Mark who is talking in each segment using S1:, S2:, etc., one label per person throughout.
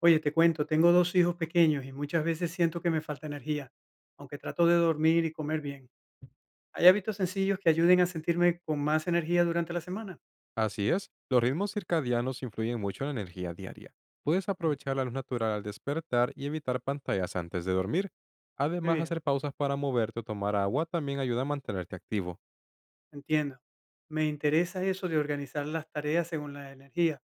S1: Oye, te cuento, tengo dos hijos pequeños y muchas veces siento que me falta energía, aunque trato de dormir y comer bien. ¿Hay hábitos sencillos que ayuden a sentirme con más energía durante la semana?
S2: Así es, los ritmos circadianos influyen mucho en la energía diaria. Puedes
S1: Mm.
S2: aprovechar la luz natural al despertar y evitar pantallas antes de dormir.
S1: Qué
S2: Además,
S1: bien,
S2: hacer pausas para moverte o tomar agua también ayuda a mantenerte activo.
S1: entiendo. Me interesa eso de organizar las tareas según la energía.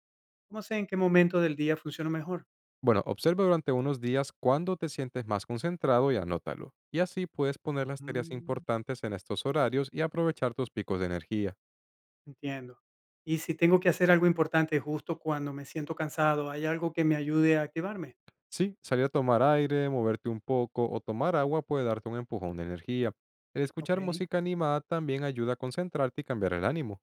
S1: ¿Cómo sé en qué momento del día funciona mejor?
S2: Bueno, observa durante unos días cuándo te sientes más concentrado y anótalo. Y así puedes poner las tareas
S1: Mm,
S2: importantes en estos horarios y aprovechar tus picos de energía.
S1: entiendo. Y si tengo que hacer algo importante justo cuando me siento cansado, ¿hay algo que me ayude a activarme?
S2: Sí, salir a tomar aire, moverte un poco o tomar agua puede darte un empujón de energía. El
S1: Ok.
S2: escuchar música animada también ayuda a concentrarte y cambiar el ánimo.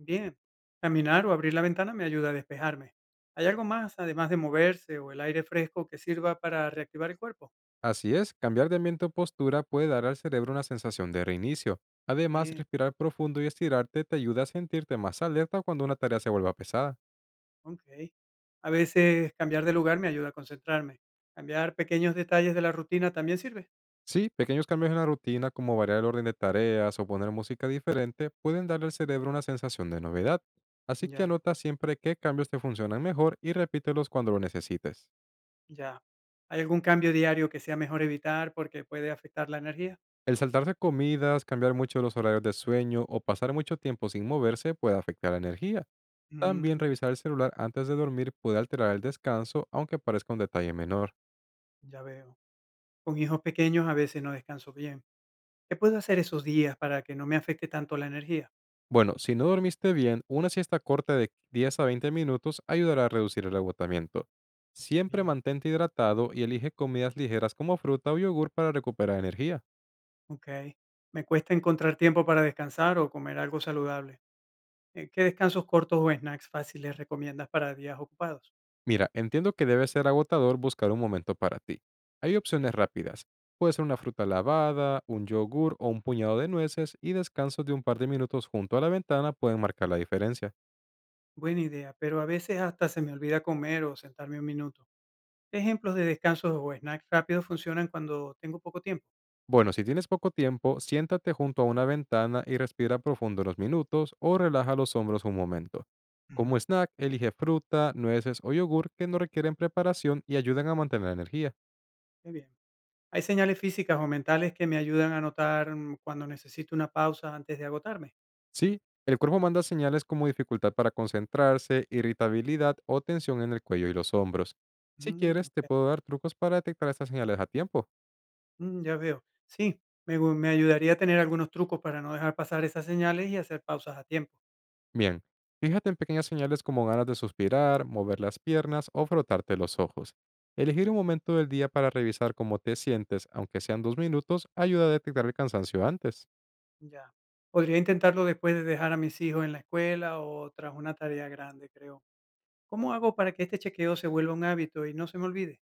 S1: Bien, caminar o abrir la ventana me ayuda a despejarme. ¿Hay algo más, además de moverse o el aire fresco, que sirva para reactivar el cuerpo?
S2: Así es, cambiar de ambiente o postura puede dar al cerebro una sensación de reinicio. Además,
S1: Eh,
S2: respirar profundo y estirarte te ayuda a sentirte más alerta cuando una tarea se vuelva pesada.
S1: ok. A veces cambiar de lugar me ayuda a concentrarme. Cambiar pequeños detalles de la rutina también sirve.
S2: Sí, pequeños cambios en la rutina, como variar el orden de tareas o poner música diferente, pueden darle al cerebro una sensación de novedad. Así que
S1: Ya veo,
S2: anota siempre qué cambios te funcionan mejor y repítelos cuando lo necesites.
S1: ya. ¿Hay algún cambio diario que sea mejor evitar porque puede afectar la energía?
S2: El saltarse comidas, cambiar mucho los horarios de sueño o pasar mucho tiempo sin moverse puede afectar la energía. También
S1: Mm,
S2: revisar el celular antes de dormir puede alterar el descanso, aunque parezca un detalle menor.
S1: ya veo. Con hijos pequeños a veces no descanso bien. ¿Qué puedo hacer esos días para que no me afecte tanto la energía?
S2: Bueno, si no dormiste bien, una siesta corta de 10 a 20 minutos ayudará a reducir el agotamiento. Siempre
S1: Bien.
S2: mantente hidratado y elige comidas ligeras como fruta o yogur para recuperar energía.
S1: Okey. Me cuesta encontrar tiempo para descansar o comer algo saludable. ¿Qué descansos cortos o snacks fáciles recomiendas para días ocupados?
S2: Mira, entiendo que debe ser agotador buscar un momento para ti. Hay opciones
S1: Sí,
S2: rápidas. Puede ser una fruta lavada, un yogur o un puñado de nueces y descansos de un par de minutos junto a la ventana pueden marcar la diferencia.
S1: buena idea, pero a veces hasta se me olvida comer o sentarme un minuto. ¿Qué ejemplos de descansos o snacks rápidos funcionan cuando tengo poco tiempo?
S2: Bueno, si tienes poco tiempo, siéntate junto a una ventana y respira profundo unos minutos o relaja los hombros un momento. Como
S1: Ujú,
S2: snack, elige fruta, nueces o yogur que no requieren preparación y ayudan a mantener la energía.
S1: qué bien. ¿Hay señales físicas o mentales que me ayudan a notar cuando necesito una pausa antes de agotarme?
S2: Sí, el cuerpo manda señales como dificultad para concentrarse, irritabilidad o tensión en el cuello y los hombros. Si
S1: Mm,
S2: quieres, te
S1: okey.
S2: puedo dar trucos para detectar estas señales a tiempo.
S1: Mm, ya veo. Sí, me ayudaría a tener algunos trucos para no dejar pasar esas señales y hacer pausas a tiempo.
S2: Bien, fíjate en pequeñas señales como ganas de suspirar, mover las piernas o frotarte los ojos. Elegir un
S1: Okey.
S2: momento del día para revisar cómo te sientes, aunque sean 2 minutos, ayuda a detectar el cansancio antes.
S1: Ya. Podría intentarlo después de dejar a mis hijos en la escuela o tras una tarea grande, creo. ¿Cómo hago para que este chequeo se vuelva un hábito y no se me olvide?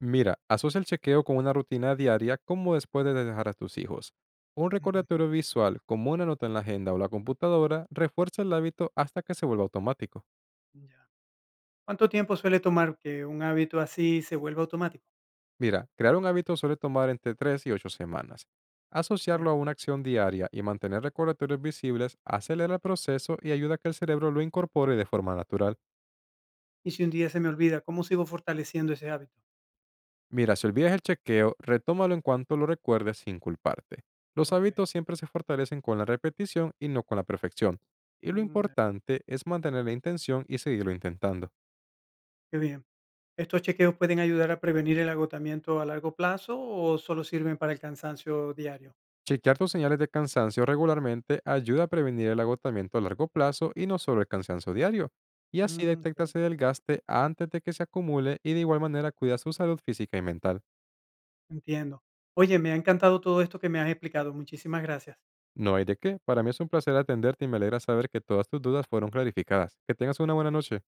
S2: Mira, asocia el chequeo con una rutina diaria como después de dejar a tus hijos. Un
S1: Ujú.
S2: recordatorio visual como una nota en la agenda o la computadora refuerza el hábito hasta que se vuelva automático.
S1: Ya. ¿Cuánto tiempo suele tomar que un hábito así se vuelva automático?
S2: Mira, crear un hábito suele tomar entre 3 y 8 semanas. Asociarlo a
S1: Entiendo.
S2: una acción diaria y mantener recordatorios visibles acelera el proceso y ayuda a que el cerebro lo incorpore de forma natural.
S1: Y si un día se me olvida, ¿cómo sigo fortaleciendo ese hábito?
S2: Mira, si olvidas el chequeo, retómalo en cuanto lo recuerdes sin culparte. Los
S1: Ok.
S2: hábitos siempre se fortalecen con la repetición y no con la perfección. Y lo
S1: Mm, ya.
S2: importante es mantener la intención y seguirlo intentando.
S1: Qué bien. ¿Estos chequeos pueden ayudar a prevenir el agotamiento a largo plazo o solo sirven para el cansancio diario?
S2: Chequear tus señales de cansancio regularmente ayuda a prevenir el agotamiento a largo plazo y no solo el cansancio diario, y así
S1: Mm,
S2: detectas
S1: ok.
S2: el desgaste antes de que se acumule y de igual manera cuidas tu salud física y mental.
S1: Entiendo. Oye, me ha encantado todo esto que me has explicado. Muchísimas gracias.
S2: No hay de qué, para mí es un placer atenderte y me alegra saber que todas tus dudas fueron clarificadas. Que tengas una buena noche.